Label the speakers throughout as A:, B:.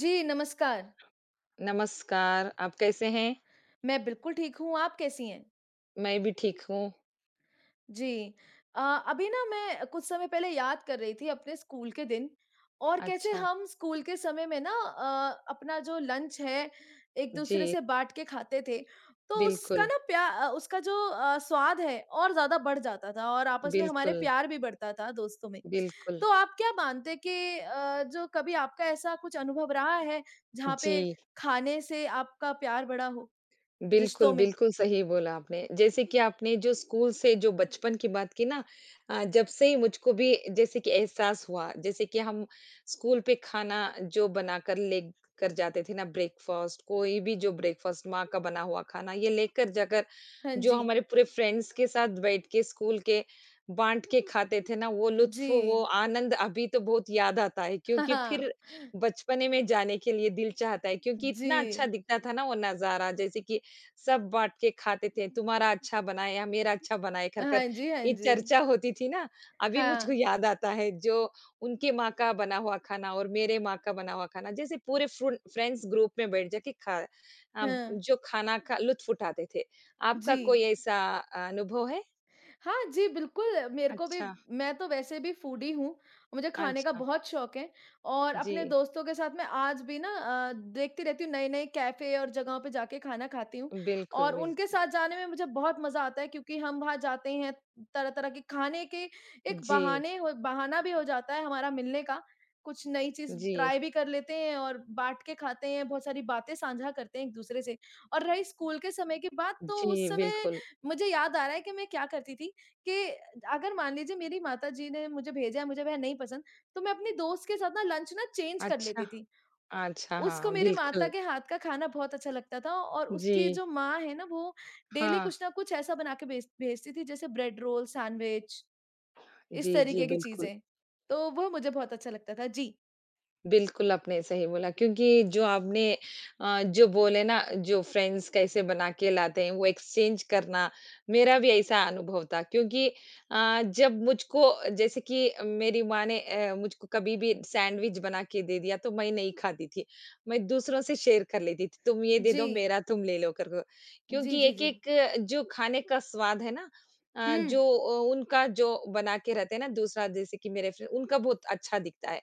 A: जी, नमस्कार।
B: नमस्कार, आप कैसे हैं?
A: मैं बिल्कुल ठीक हूँ, आप कैसी हैं?
B: मैं भी ठीक हूँ।
A: जी। अ, अभी ना मैं कुछ समय पहले याद कर रही थी अपने स्कूल के दिन और कैसे
B: अच्छा,
A: हम स्कूल के समय में ना अपना जो लंच है, एक-दूसरे
B: जी,
A: से बाँट के खाते थे, तो उसका
B: बिल्कुल,
A: ना उसका जो स्वाद है और ज़्यादा बढ़ जाता था और आपस में हमारे
B: बिल्कुल,
A: प्यार भी बढ़ता था दोस्तों में।
B: बिल्कुल,
A: तो आप क्या मानते हैं कि जो कभी आपका ऐसा कुछ अनुभव रहा है, जहाँ पे
B: जी।
A: खाने से आपका प्यार बढ़ा हो
B: बिल्कुल,
A: रिश्तों में?
B: बिल्कुल सही बोला आपने। जैसे कि आपने जो स्कूल से जो बचपन की बात की ना जब से ही मुझको भी जैसे कि एहसास हुआ, जैसे कि हम स्कूल पे खाना जो बनाकर लेकर जाते थे ना ब्रेकफ़ास्ट, कोई भी जो ब्रेकफ़ास्ट माँ का बना हुआ खाना, ये लेकर जाकर
A: हाँ
B: जो
A: जी।
B: हमारे पूरे फ्रेंड्स के साथ बैठ के स्कूल के बाँट के खाते थे ना, वो
A: जी।
B: लुत्फ़, वो आनंद अभी तो बहुत याद आता है
A: हाँ,
B: क्योंकि फिर
A: हाँ।
B: बचपने में जाने के लिए दिल चाहता है क्योंकि
A: जी।
B: इतना अच्छा दिखता था ना वो नज़ारा, जैसे कि सब बाँट के खाते थे, तुम्हारा अच्छा बना है या मेरा अच्छा बना है कर-कर
A: हाँ जी, हाँ
B: ये
A: जी।
B: चर्चा होती थी ना, अभी मुझको
A: हाँ,
B: याद आता है जो उनके माँ का बना हुआ खाना और मेरे माँ का बना हुआ खाना, जैसे पूरे फ्रुन फ्रेंड्स ग्रुप में बैठ जाके खा
A: हाँ।
B: जो खाना का लुत्फ़ उठाते थे। आपका
A: जी।
B: कोई ऐसा अनुभव है?
A: हाँ जी, बिल्कुल, मेरे को भी
B: अच्छा,
A: मैं तो वैसे भी फूडी हूँ, मुझे खाने का
B: अच्छा।
A: बहुत शौक है और अपने
B: जी,
A: दोस्तों के साथ मैं आज भी ना देखती रहती हूँ नए-नए कैफ़े और जगहों पे जाके खाना खाती हूँ
B: बिल्कुल,
A: और
B: बिल
A: उनके साथ जाने में मुझे बहुत मज़ा आता है क्योंकि हम वहाँ जाते हैं, तरह-तरह के खाने के एक
B: जी,
A: बहाने हो बहाना भी हो जाता है हमारा मिलने का, कुछ नई चीज़
B: जी,
A: ट्राई भी कर लेते हैं और बाँट के खाते हैं, बहुत सारी बातें साझा करते हैं एक-दूसरे से और रही स्कूल के समय की बात, तो उस
B: जी,
A: समय
B: बिल्कुल।
A: मुझे याद आ रहा है कि मैं क्या करती थी कि अगर मान लीजिए मेरी माताजी ने मुझे भेजा है, मुझे वह नहीं पसंद, तो मैं अपनी दोस्त के साथ ना लंच ना चेंज कर
B: अच्छा,
A: लेती थी।
B: अच्छा,
A: उसको
B: हाँ,
A: मेरी माता
B: बिल्कुल।
A: के हाथ का खाना बहुत अच्छा लगता था और
B: जी,
A: उसकी जो माँ है ना, वो डेली
B: हाँ।
A: कुछ ना कुछ ऐसा बना के भेजती थी जैसे ब्रेड रोल, सैंडविच, इस
B: जी, जी,
A: तरीके की
B: बिल्कुल।
A: चीज़ें। तो वो मुझे बहुत अच्छा लगता था। जी।
B: बिल्कुल, आपने सही बोला क्योंकि जो आपने जो बोले ना जो फ्रेंड्स कैसे बना के लाते हैं वो एक्सचेंज करना, मेरा भी ऐसा अनुभव था क्योंकि जब मुझको जैसे कि मेरी माँ ने मुझको कभी भी सैंडविच बना के दे दिया तो मैं नहीं खाती थी। मैं दूसरों से शेयर कर लेती थी, तुम ये दे
A: जी।
B: दो मेरा तुम ले लो करके।
A: जी,
B: क्योंकि
A: जी, जी।
B: एक-एक जो खाने का स्वाद है ना
A: हुँ,
B: उनका जो बना के रहते हैं ना दूसरा जैसे कि मेरे फ्रे उनका बहुत अच्छा दिखता है।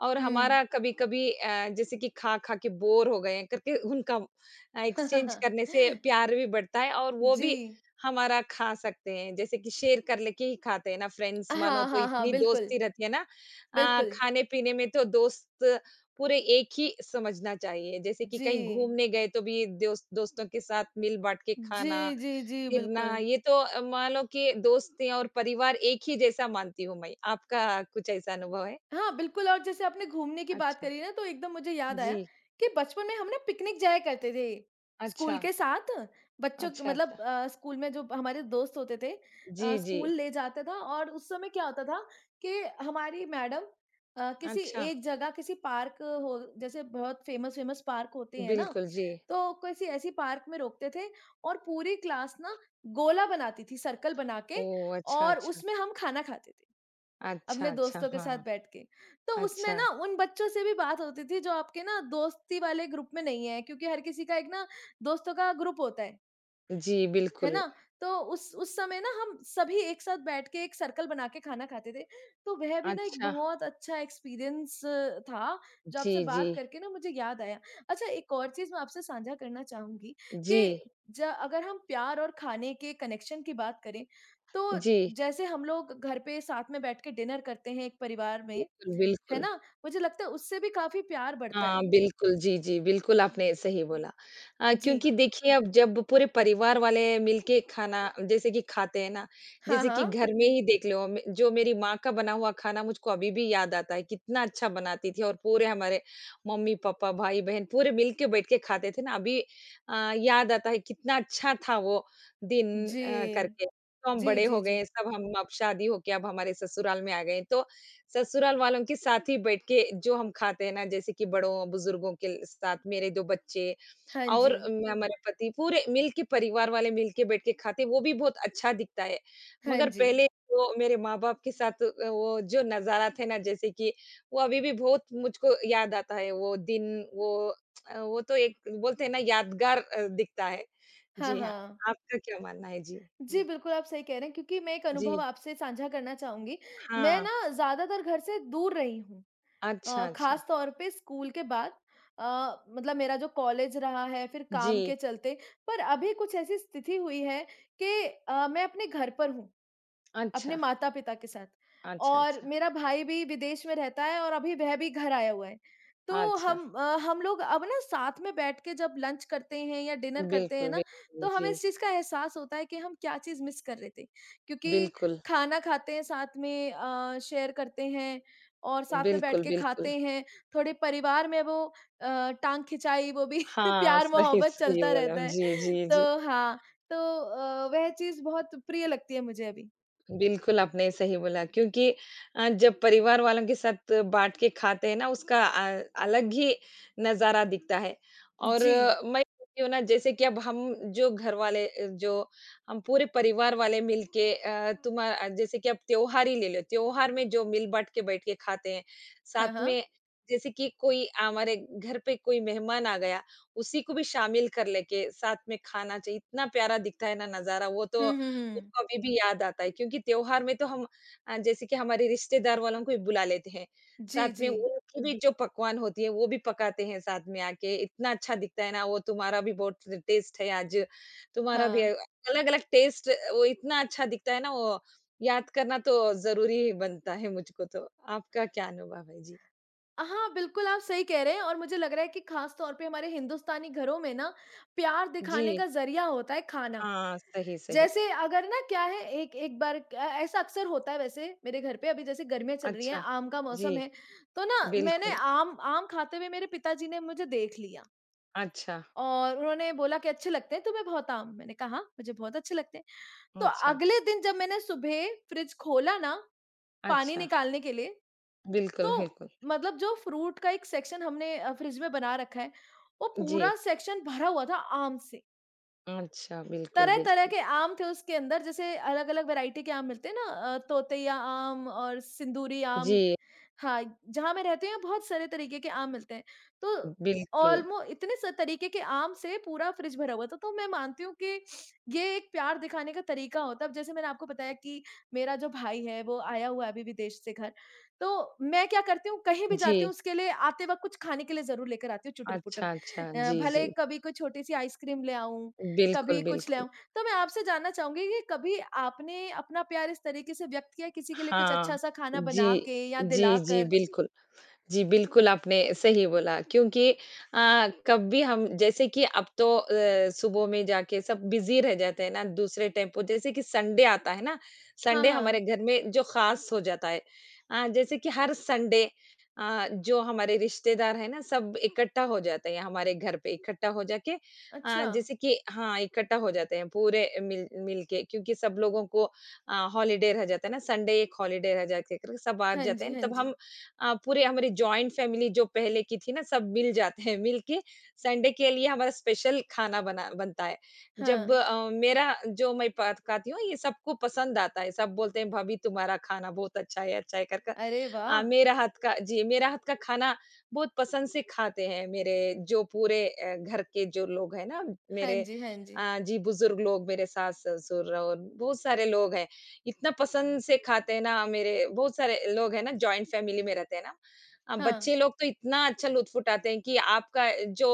B: और
A: हुँ।
B: हमारा कभी-कभी जैसे कि खा-खा के बोर हो गए हैं करके उनका एक्सचेंज करने से प्यार भी बढ़ता है और वो
A: जी।
B: भी हमारा खा सकते हैं। जैसे कि शेयर कर लेके ही खाते हैं ना फ्रेंड्स मानो
A: हाँ,
B: तो
A: हाँ, हाँ,
B: इतनी
A: बिल्कुल,
B: दोस्ती रहती है ना
A: बिल्कुल।
B: खाने-पीने में तो दोस्त पूरे एक ही समझना चाहिए। जैसे कि
A: जी।
B: कहीं घूमने गए तो भी दोस्त दोस्तों के साथ मिल-बाँट के
A: जी,
B: खाना,
A: जी, जी,
B: फिरना
A: बिल्कुल।
B: ये तो मान लो कि दोस्ती और परिवार एक ही जैसा मानती हूँ मैं। आपका कुछ ऐसा अनुभव है?
A: हाँ, बिल्कुल और जैसे आपने घूमने की बात
B: अच्छा।
A: करी ना तो एकदम मुझे याद आया
B: जी,
A: कि बचपन में हम ना पिकनिक जाया करते थे
B: अच्छा,
A: स्कूल के साथ। बच्चों क
B: अच्छा,
A: मतलब
B: अच्छा।
A: स्कूल में जो हमारे दोस्त होते थे
B: जी, जी।
A: स्कूल ले जाता था और उस समय क्या होता था कि हमारी मैडम किसी
B: अच्छा,
A: एक जगह किसी पार्क हो जैसे बहुत फेमस-फेमस पार्क होते हैं ना,
B: बिल्कुल, जी।
A: तो किसी ऐसी पार्क में रोकते थे और पूरी क्लास ना गोला बनाती थी सर्कल बना के
B: ओह! अच्छा,
A: और
B: अच्छा।
A: उसमें हम खाना खाते थे।
B: अच्छा,
A: अपने
B: अच्छा,
A: दोस्तों के साथ
B: हाँ।
A: बैठ के। तो उसमें
B: अच्छा,
A: ना उन बच्चों से भी बात होती थी जो आपके ना दोस्ती वाले ग्रुप में नहीं है, क्योंकि हर किसी का एक ना दोस्तों का ग्रुप होता है।
B: जी,
A: है
B: बिल्कुल।
A: ना? तो उस समय ना हम सभी एक साथ बैठ के एक सर्कल बना के खाना खाते थे। तो वह भी ना एक
B: अच्छा,
A: बहुत अच्छा एक्सपीरियंस था, जो
B: जी,
A: आपसे
B: जी।
A: बात करके ना मुझे याद आया। अच्छा एक और चीज़ मैं आपसे साझा करना चाहूँगी
B: जी,
A: कि ज अगर हम प्यार और खाने के कनेक्शन की बात करें, तो
B: जी।
A: जैसे हम लोग घर पे साथ में बैठ के डिनर करते हैं एक परिवार में,
B: बिल्कुल,
A: है
B: बिल्कुल।
A: ना? मुझे लगता है उससे भी काफ़ी प्यार बढ़ता
B: हाँ,
A: है।
B: बिल्कुल। जी, जी, बिल्कुल आपने सही बोला।
A: जी।
B: क्योंकि देखिए अब जब पूरे परिवार वाले मिलके खाना जैसे कि खाते हैं ना,
A: हाँ,
B: जैसे कि
A: हाँ।
B: घर में ही देख लो मे जो मेरी माँ का बना हुआ खाना मुझको अभी भी याद आता है, कितना अच्छा बनाती थी और पूरे हमारे मम्मी-पापा, भाई-बहन पूरे मिल के बैठ के खाते थे ना, अभी याद आता है कितना अच्छा था वो दिन
A: जी।
B: करके। तो हम
A: जी,
B: बड़े
A: जी,
B: हो गए
A: जी।
B: हैं, सब हम अब शादी हो के अब हमारे ससुराल में आ गए हैं, तो ससुराल वालों के साथ ही बैठ के जो हम खाते हैं ना, जैसे कि बड़ों, बुज़ुर्गों के ल साथ मेरे 2 बच्चे
A: हाँ
B: और
A: जी।
B: म हुँ। हमारे पति पूरे मिल के परिवार वाले मिल के बैठ के खाते हैं, वो भी बहुत अच्छा दिखता है।
A: हाँ
B: मगर
A: जी।
B: पहले वो मेरे माँ-बाप के साथ वो जो नज़ारा थे ना जैसे कि वो अभी भी बहुत मुझको याद आता है वो दिन, वो वो तो एक बोलते हैं ना यादगार दिखता है।
A: हाँ,
B: जी हाँ,
A: हाँ।
B: आपका क्या मानना है? जी,
A: जी,
B: बिल्क
A: बिल्कुल आप सही कह रहे हैं क्योंकि मैं एक अनुभव
B: जी,
A: आपसे साझा करना चाहूँगी। मैं
B: हाँ।
A: ना ज़्यादातर घर से दूर रही हूँ
B: अच्छा, अच्छा।
A: ख़ास तौर पे स्कूल के बाद मतलब मेरा जो कॉलेज रहा है फिर काम
B: जी,
A: के चलते। पर अभी कुछ ऐसी स्थिति हुई है कि मैं अपने घर पर हूँ। अपने
B: अच्छा,
A: माता-पिता के साथ
B: अच्छा,
A: और
B: अच्छा।
A: मेरा भाई भी विदेश में रहता है और अभी वह भी घर आया हुआ है। तो
B: अच्छा,
A: हम लोग अब ना साथ में बैठ के जब लंच करते हैं या डिनर करते हैं
B: बिल्कुल,
A: ना,
B: बिल्कुल,
A: तो हमें
B: जी।
A: इस चीज़ का एहसास होता है कि हम क्या चीज़ मिस कर रहे थे। क्योंकि
B: बिल्कुल,
A: खाना खाते हैं साथ में शेयर करते हैं और साथ में बैठ
B: बिल्कुल,
A: के
B: बिल्कुल।
A: खाते हैं। थोड़े परिवार में वो टाँग खिंचाई वो भी
B: हाँ, सही,
A: प्यार-मोहब्बत
B: सही
A: चलता
B: बोला।
A: रहता है।
B: जी, जी, जी।
A: तो हाँ, तो वह चीज़ बहुत प्रिय लगती है मुझे अभी।
B: बिल्कुल, आपने सही बोला क्योंकि जब परिवार वालों के साथ बाँट के खाते हैं ना उसका अलग ही नज़ारा दिखता है और
A: जी।
B: मैं बोलती हूँ ना जैसे कि अब हम जो घर वाले जो हम पूरे परिवार वाले मिलके अ, तुमा जैसे कि अब त्योहार ही ले लो, त्योहार में जो मिल-बाँट के बैठ के खाते हैं,
A: हाँ,
B: साथ
A: हाँ।
B: में जैसे कि कोई हमारे घर पे कोई मेहमान आ गया, उसी को भी शामिल कर लेके साथ में खाना चाहिए, इतना प्यारा दिखता है ना नज़ारा, वो तो
A: हुँ, हुँ, हुँ।
B: उसको अभी भी याद आता है क्योंकि त्योहार में तो हम जैसे कि हमारे रिश्तेदार वालों को भी बुला लेते हैं। साथ
A: जी,
B: में
A: जी।
B: उनकी भी जो पकवान होती है वो भी पकाते हैं साथ में आके, इतना अच्छा दिखता है ना वो तुम्हारा भी बहुत टेस्ट है आज, तुम्हारा भी
A: हाँ।
B: अलग-अलग टेस्ट वो इतना अच्छा दिखता है ना वो याद करना तो ज़रूरी ही बनता है मुझको तो। आपका क्या अनुभव है? जी।
A: हाँ, बिल्कुल आप सही कह रहे हैं और मुझे लग रहा है कि ख़ास तौर पे हमारे हिंदुस्तानी घरों में ना प्यार
B: जी।
A: दिखाने का ज़रिया होता है खाना।
B: हाँ, सही, सही।
A: जैसे अगर ना क्या है एक एक बार ऐसा अक्सर होता है वैसे मेरे घर पे अभी जैसे गर्मियाँ चल रही हैं,
B: अच्छा।
A: आम का
B: जी,
A: मौसम है, तो ना मैंने
B: बिल्कुल।
A: आम आम खाते हुए मेरे पिताजी ने मुझे देख लिया
B: अच्छा,
A: और उन्होंने बोला कि अच्छे लगते हैं तुम्हें बहुत आम? मैंने कहा, "हाँ, मुझे बहुत अच्छे लगते हैं।" तो
B: अच्छा,
A: अगले दिन जब मैंने सुबह फ्रिज खोला ना पानी
B: अच्छा।
A: निकालने के लिए
B: बिल्कुल,
A: तो
B: बिल्कुल।
A: मतलब जो फ्रूट का एक सेक्शन हमने फ्रिज में बना रखा है, वो
B: जी।
A: पूरा सेक्शन भरा हुआ था आम से।
B: अच्छा, बिल्कुल,
A: तरह-तरह
B: बिल्कुल।
A: के आम थे उसके अंदर जैसे अलग-अलग वैरायटी के आम मिलते हैं ना तोतेया आम और सिंदूरी आम
B: जी,
A: हाँ, जहाँ मैं रहती हूँ यहाँ बहुत सारे तरीके के आम मिलते हैं। तो
B: बिल्कुल।
A: ऑलमो इतने स तरीके के आम से पूरा फ्रिज भरा हुआ था, तो मैं मानती हूँ कि ये एक प्यार दिखाने का तरीका होता है। अब जैसे मैंने आपको बताया कि मेरा जो भाई है वो आया हुआ है अभी विदेश से घर, तो मैं क्या करती हूँ कहीं भी जाती
B: जी,
A: हूँ उसके लिए आते वक़्त कुछ खाने के लिए ज़रूर लेकर आती हूँ चुटर-पुटर।
B: अच्छा, अच्छा। जी,
A: भले
B: जी।
A: कभी कोई छोटी-सी आइसक्रीम ले आऊँ
B: बिल्कुल,
A: कभी कुछ ले
B: बिल्कुल।
A: आऊँ। तो मैं आपसे जानना चाहूँगी कि कभी आपने अपना प्यार इस तरीके से व्यक्त किया किसी के लिए कुछ
B: हाँ।
A: अच्छा-सा खाना
B: जी,
A: बना के या
B: जी, जी,
A: दिलाकर?
B: बिल्कुल। जी, बिल्कुल आपने सही बोला क्योंकि कब भी हम जैसे कि अब तो सुबह में जाके सब बिज़ी रह जाते हैं ना, दूसरे टेम्पो जैसे कि संडे आता है ना,
A: हाँ,
B: संडे
A: हाँ।
B: हमारे घर में जो ख़ास हो जाता है। जैसे कि हर संडे जो हमारे रिश्तेदार हैं ना, सब इकट्ठा हो जाते हैं हमारे घर पे, इकट्ठा हो जाके
A: अच्छा।
B: जैसे कि हाँ, इकट्ठा हो जाते हैं पूरे मिल मिल के क्योंकि सब लोगों को हॉलिडे रह जाता है ना, संडे एक हॉलिडे रह जाके करके सब आ
A: हाँ
B: जाते
A: जी,
B: हैं,
A: हाँ
B: तब हम
A: जी।
B: पूरे हमारी जॉइंट फैमिली जो पहले की थी ना सब मिल जाते हैं मिल के संडे के लिए हमारा स्पेशल खाना बना बनता है जब
A: हाँ।
B: मेरा जो मैं पकाती हूँ ये सबको पसंद आता है सब बोलते हैं भाभी तुम्हारा खाना बहुत अच्छा है कर कर
A: अरे वाह!
B: आ, मेरा हाथ का जी मेरा हाथ का खाना बहुत पसंद से खाते हैं मेरे जो पूरे घर के जो लोग हैं ना
A: हाँ
B: मेरे
A: जी, हाँ जी।
B: जी बुजुर्ग लोग मेरे सास ससुर और बहुत सारे लोग हैं इतना पसंद से खाते हैं ना मेरे बहुत सारे लोग हैं ना जॉइंट फैमिली में रहते हैं ना
A: हाँ।
B: बच्चे लोग तो इतना अच्छा लुत्फ़ उठाते हैं कि आपका जो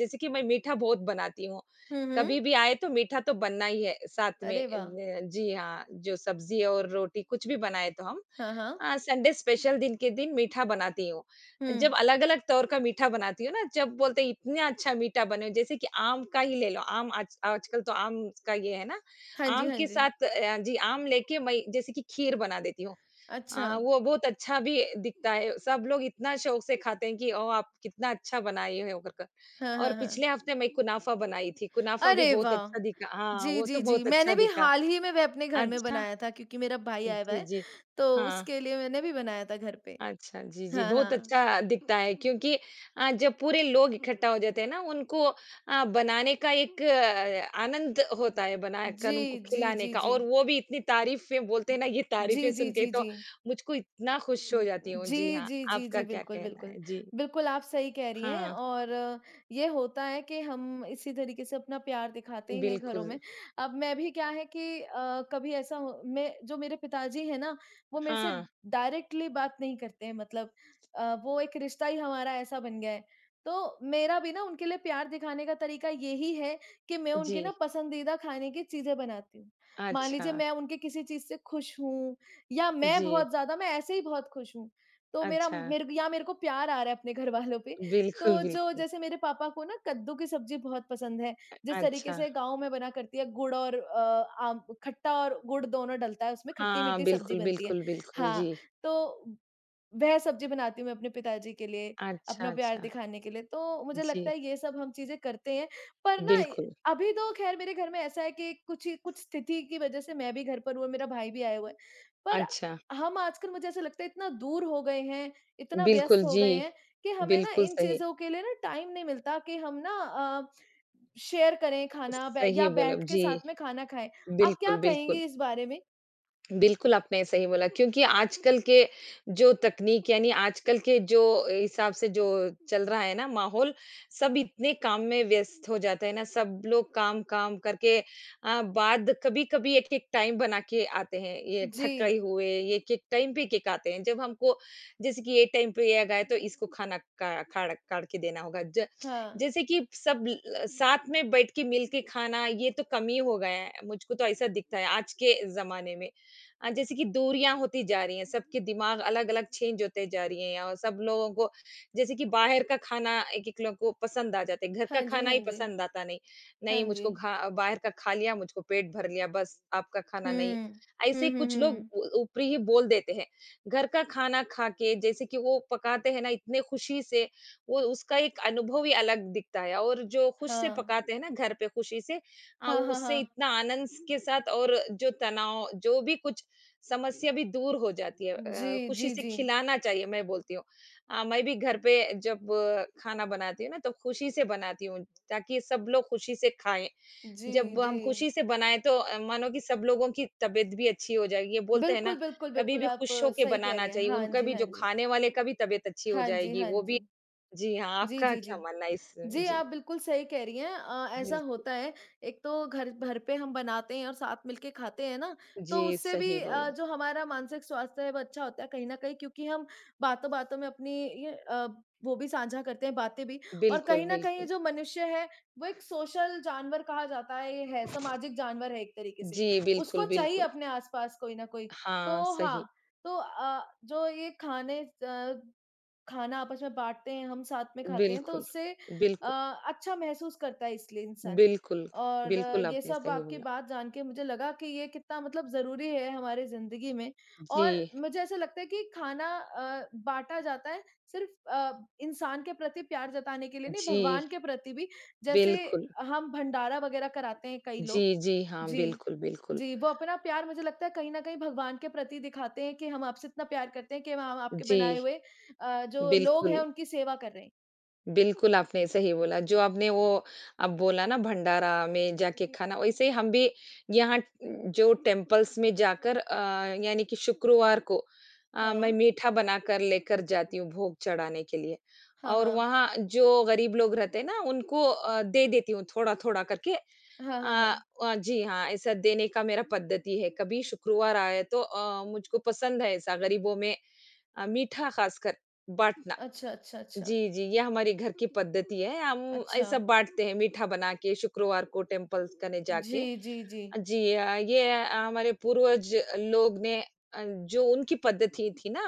B: जैसे कि मैं मीठा बहुत बनाती हूँ।
A: हुँ,
B: कभी
A: हुँ।
B: भी आए तो मीठा तो बनना ही है साथ में।
A: अरे वाह!
B: जी हाँ, जो सब्ज़ी और रोटी कुछ भी बनाए तो हम
A: हाँ, हाँ।
B: संडे स्पेशल दिन के दिन मीठा बनाती हूँ।
A: हुँ।
B: जब अलग-अलग तौर का मीठा बनाती हूँ ना, जब बोलते हैं इतना अच्छा मीठा बने जैसे कि आम का ही ले लो, आम आज आजकल तो आम का ये है ना
A: हाँ जी,
B: आम
A: हाँ
B: के
A: जी।
B: साथ जी, आम लेके मैं जैसे कि खीर बना देती हूँ।
A: अच्छा।
B: वो बहुत अच्छा भी दिखता है, सब लोग इतना शौक से खाते हैं कि ओह! आप कितना अच्छा बनाई हो कर कर।
A: हाँ,
B: और
A: हाँ, हाँ।
B: पिछले हफ्ते मैं कुनाफा बनाई थी, कुनाफा भी
A: अरे
B: बहुत
A: वाह!
B: अच्छा दिखा हाँ,
A: जी,
B: वो तो
A: जी, जी।
B: बहुत अच्छा
A: मैंने भी
B: दिखा।
A: हाल ही में वह अपने घर में
B: अच्छा
A: बनाया था क्योंकि मेरा भाई आया हुआ
B: जी,
A: है,
B: जी।
A: तो
B: हाँ।
A: उसके लिए मैंने भी बनाया था घर पे।
B: अच्छा, जी, जी,
A: हाँ,
B: बहुत
A: हाँ।
B: अच्छा दिखता है क्योंकि जब पूरे लोग इकट्ठा हो जाते हैं ना, उनको बनाने का एक आनंद होता है बनाकर
A: जी,
B: उनको
A: जी,
B: खिलाने
A: जी,
B: का
A: जी।
B: और वो भी इतनी तारीफ़ें बोलते हैं ना, ये
A: जी,
B: तारीफ़ें सुन
A: जी,
B: के
A: जी,
B: तो
A: जी।
B: मुझको इतना खुश हो जाती हूँ। जी
A: जी,
B: हाँ,
A: जी, जी,
B: आपका
A: जी।
B: क्या
A: बिल्कुल,
B: कहना
A: बिल्कुल।
B: है? जी,
A: बिल्कुल, आप सही कह रही हैं
B: हाँ,
A: और ये होता है कि हम इसी तरीके से अपना प्यार दिखाते हैं घरों
B: बिल्कुल,
A: में। अब मैं भी क्या है कि कभी ऐसा हो मैं जो मेरे पिताजी हैं ना, वो मेरे से
B: हाँ,
A: डायरेक्टली बात नहीं करते हैं मतलब वो एक रिश्ता ही हमारा ऐसा बन गया है। तो मेरा भी ना उनके लिए प्यार दिखाने का तरीका यही है कि मैं उनके ना
B: जी,
A: पसंदीदा खाने की चीज़ें बनाती हूँ। मान
B: अच्छा,
A: लीजिए मैं उनके किसी चीज़ से खुश हूँ या मैं
B: जी,
A: बहुत ज़्यादा मैं ऐसे ही बहुत खुश हूँ। तो मेरा
B: अच्छा,
A: मेरे को या मेरे को प्यार आ रहा है अपने घरवालों पे।
B: बिल्कुल,
A: तो जो
B: बिल्कुल,
A: जैसे मेरे पापा को ना कद्दू की सब्ज़ी बहुत पसंद है, जिस तरीके
B: अच्छा,
A: से गाँव में बना करती है गुड़ और आम खट्टा और गुड़ दोनों डलता है उसमें
B: हाँ,
A: खट्टी-मीठी सब्ज़ी
B: बिल्कुल,
A: बनती है।
B: बिल्कुल, बिल्कुल, जी,
A: हाँ, तो वह सब्ज़ी बनाती हूँ मैं अपने पिताजी के लिए,
B: अच्छा,
A: अपना प्यार
B: अच्छा,
A: दिखाने के लिए, तो मुझे लगता
B: जी,
A: है ये सब हम चीज़ें करते हैं। पर ना ए
B: बिल्कुल।
A: अभी तो ख़ैर मेरे घर में ऐसा है कि कुछ ही कुछ स्थिति की वज़ह से मैं भी घर पर हूँ और मेरा भाई भी आया हुआ है। पर
B: अच्छा,
A: हम आजकल मुझे ऐसा लगता है इतना दूर हो गए हैं, इतना
B: बिल्कुल,
A: व्यस्त हो
B: जी।
A: गए हैं कि हमें ना
B: बिल्कुल
A: इन
B: सही,
A: चीज़ों के लिए ना टाइम नहीं मिलता कि हम ना शेयर करें खाना बै
B: सही
A: या
B: बोला,
A: बैठ के
B: जी।
A: साथ में खाना खाएँ। आप
B: बिल्कुल,
A: क्या
B: बिल्कुल।
A: कहेंगी इस बारे में?
B: बिल्कुल, आपने सही बोला क्योंकि आजकल के जो तकनीक यानी आजकल के जो हिसाब से जो चल रहा है ना माहौल, सब इतने काम में व्यस्त हो जाते हैं ना, सब लोग काम-काम करके बाद कभी-कभी एक-एक टाइम बना के आते हैं, ये
A: जी।
B: थक गए हुए, ये एक-एक टाइम पे एक-एक आते हैं। जब हमको जैसे कि ये टाइम पे ये आ गया तो इसको खाना का खाड़ काढ़ के देना होगा। ज
A: हाँ।
B: जैसे कि सब ल साथ में बैठ के मिल के खाना ये तो कम ही हो गया है, मुझको तो ऐसा दिखता है आज के ज़माने में। जैसे कि दूरियां होती जा रही हैं सबके दिमाग अलग-अलग चेंज होते जा रही हैं और सब लोगों को जैसे कि बाहर का खाना एक-एक लोगों को पसंद आ जाता है घर का
A: हाँ जी,
B: खाना
A: हाँ
B: ही
A: जी।
B: पसंद आता नहीं
A: हाँ
B: नहीं
A: जी।
B: मुझको घा बाहर का खा लिया मुझको पेट भर लिया बस आपका खाना
A: हुँ।
B: नहीं
A: हुँ,
B: ऐसे
A: हुँ,
B: कुछ लोग
A: हुँ।
B: उ ऊपरी ही बोल देते हैं घर का खाना खा के जैसे कि वो पकाते हैं ना इतने खुशी से वो उसका एक अनुभव ही अलग दिखता है और जो खुश से
A: हाँ।
B: पकाते हैं ना घर पे खुशी से
A: हाँ, हाँ,
B: उससे
A: हाँ।
B: इतना आनंद के साथ और जो तनाव जो भी कुछ समस्या भी दूर हो जाती है
A: जी,
B: खुशी
A: जी,
B: से
A: जी।
B: खिलाना चाहिए मैं बोलती हूँ। मैं भी घर पे जब खाना बनाती हूँ ना तो खुशी से बनाती हूँ ताकि सब लोग खुशी से खाएँ।
A: जी,
B: जब
A: जी।
B: हम खुशी से बनाएँ तो मानो कि सब लोगों की तबीयत भी अच्छी हो जाएगी। ये बोलते हैं ना
A: बिल्कुल, बिल्कुल,
B: कभी
A: बिल्कुल,
B: भी
A: आप
B: खुश होके
A: सही कह
B: बनाना
A: रही हैं।
B: चाहिए,
A: हाँ
B: उनका
A: जी,
B: भी
A: हाँ
B: जो
A: जी।
B: खाने वाले का भी तबीयत अच्छी हो
A: हाँ जी,
B: जाएगी
A: हाँ
B: वो भी
A: जी।
B: जी हाँ,
A: जी,
B: आपका
A: जी,
B: क्या
A: जी।
B: मानना है इसमें?
A: जी,
B: जी,
A: आप बिल्कुल सही कह रही हैं। ऐसा
B: बिल्कुल।
A: होता है, एक तो घर घर पे हम बनाते हैं और साथ मिलके खाते हैं ना, तो
B: जी,
A: उससे भी
B: सही बोला।
A: जो हमारा मानसिक स्वास्थ्य है, वो अच्छा होता है कहीं न कहीं क्योंकि हम बातों-बातों में अपनी ये अ, वो भी साझा करते हैं, बातें भी और
B: बिल्कुल,
A: कहीं न कहीं ये
B: बिल्कुल।
A: जो मनुष्य है, वो एक सोशल जानवर कहा जाता है ये है, सामाजिक जानवर है एक तरीके से।
B: जी, बिल्कुल,
A: उसको चाहिए
B: बिल्कुल।
A: अपने आस-पास कोई न कोई।
B: हाँ,
A: तो हाँ,
B: सही।
A: तो अ, जो ये खाने अ खाना आपस में बाँटते हैं, हम साथ में खाते हैं तो
B: बिल्कुल,
A: उससे अ,
B: बिल्कुल,
A: अच्छा महसूस करता है इसलिए इंसान।
B: बिल्कुल,
A: और
B: बिल्कुल
A: ये
B: आपने
A: सब
B: सही
A: आपकी
B: बोला।
A: बात जान के मुझे लगा कि ये कितना मतलब ज़रूरी है हमारी ज़िंदगी में
B: जी,
A: और मुझे ऐसा लगता है कि खाना बाँटा जाता है सिर्फ़ इंसान के प्रति प्यार जताने के लिए नहीं,
B: जी,
A: भगवान के प्रति भी, जैसे
B: बिल्कुल।
A: हम भंडारा वग़ैरह कराते हैं कई
B: जी,
A: लोग।
B: जी, हाँ,
A: जी।
B: बिल्कुल, बिल्कुल।
A: जी, वो अपना प्यार मुझे लगता है कहीं न कहीं भगवान के प्रति दिखाते हैं कि हम आपसे इतना प्यार करते हैं कि हम आपके
B: जी,
A: बनाए हुए जो लोग हैं
B: बिल्कुल,
A: उनकी सेवा कर रहे हैं।
B: बिल्कुल आपने सही बोला। जो आपने वो अब बोला ना भंडारा में जाके खाना, वैसे ही हम भी यहाँ जो टेम्पल्स में जाकर यानी कि शुक्रवार को मैं
A: हाँ।
B: मीठा बनाकर लेकर जाती हूँ भोग चढ़ाने के लिए
A: हाँ,
B: और
A: हाँ।
B: वहाँ जो गरीब लोग रहते हैं ना उनको दे देती हूँ थोड़ा-थोड़ा करके
A: हाँ, हाँ,
B: अ
A: हाँ।
B: जी हाँ, ऐसा देने का मेरा पद्धति है। कभी शुक्रवार आए तो मुझको पसंद है ऐसा गरीबों में मीठा खासकर बाँटना।
A: अच्छा, अच्छा, अच्छा।
B: जी, जी, ये हमारे घर की पद्धति है। हम
A: अच्छा।
B: ऐसा बाँटते हैं मीठा बना के शुक्रवार को टेम्पल्स कने जाके।
A: जी, जी, जी।
B: जी ये हमारे पूर्वज लोग ने जो उनकी पद्धति थी ना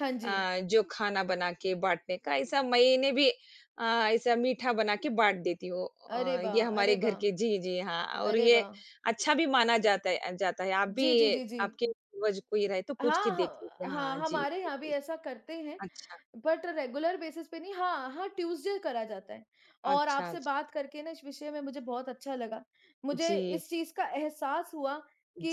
A: हाँ जी।
B: जो खाना बना के बांटने का ऐसा मैंने भी ऐसा मीठा बना के बांट देती हूँ
A: अरे
B: ये
A: वाह!
B: हमारे
A: अरे
B: घर
A: वाह!
B: के जी जी हाँ और
A: अरे
B: ये
A: वाह!
B: अच्छा भी माना जाता है आप भी
A: जी, जी, जी, जी।
B: आपके पूर्वज कोई रहे तो पूछ के
A: हाँ,
B: देख लीजिए
A: हाँ, हाँ,
B: हाँ जी
A: हमारे
B: जी
A: यहाँ भी ऐसा करते हैं,
B: अच्छा
A: बट रेगुलर बेसिस पे नहीं हाँ, हाँ, ट्यूसडे करा जाता है और
B: अच्छा
A: आपसे
B: अच्छा
A: बात करके ना इस विषय में मुझे बहुत अच्छा लगा। मुझे
B: जी
A: इस चीज़ का एहसास हुआ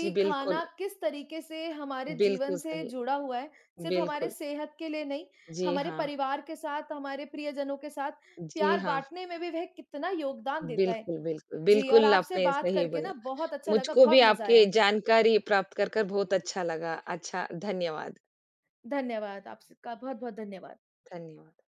B: जी बिल्कुल
A: खाना किस तरीके से हमारे
B: बिल्कुल
A: जीवन से
B: सही
A: जुड़ा हुआ है, सिर्फ़ हमारे
B: बिल्कुल
A: सेहत के लिए नहीं,
B: जी
A: हमारे
B: हाँ
A: परिवार के साथ, हमारे प्रियजनों के साथ
B: जी
A: प्यार
B: हाँ
A: बाँटने में भी वह कितना योगदान देता है।
B: बिल्कुल, बिल्कुल।
A: जी, और
B: बिल्कुल,
A: आपसे
B: आपने
A: बात
B: सही
A: करके
B: बोला।
A: ना बहुत अच्छा लगा,
B: मुझको
A: बहुत
B: भी
A: मज़ा
B: आपकी
A: आया।
B: जानकारी प्राप्त कर, कर बहुत अच्छा लगा। अच्छा, धन्यवाद।
A: धन्यवाद, आपसे का बहुत-बहुत धन्यवाद।
B: धन्यवाद।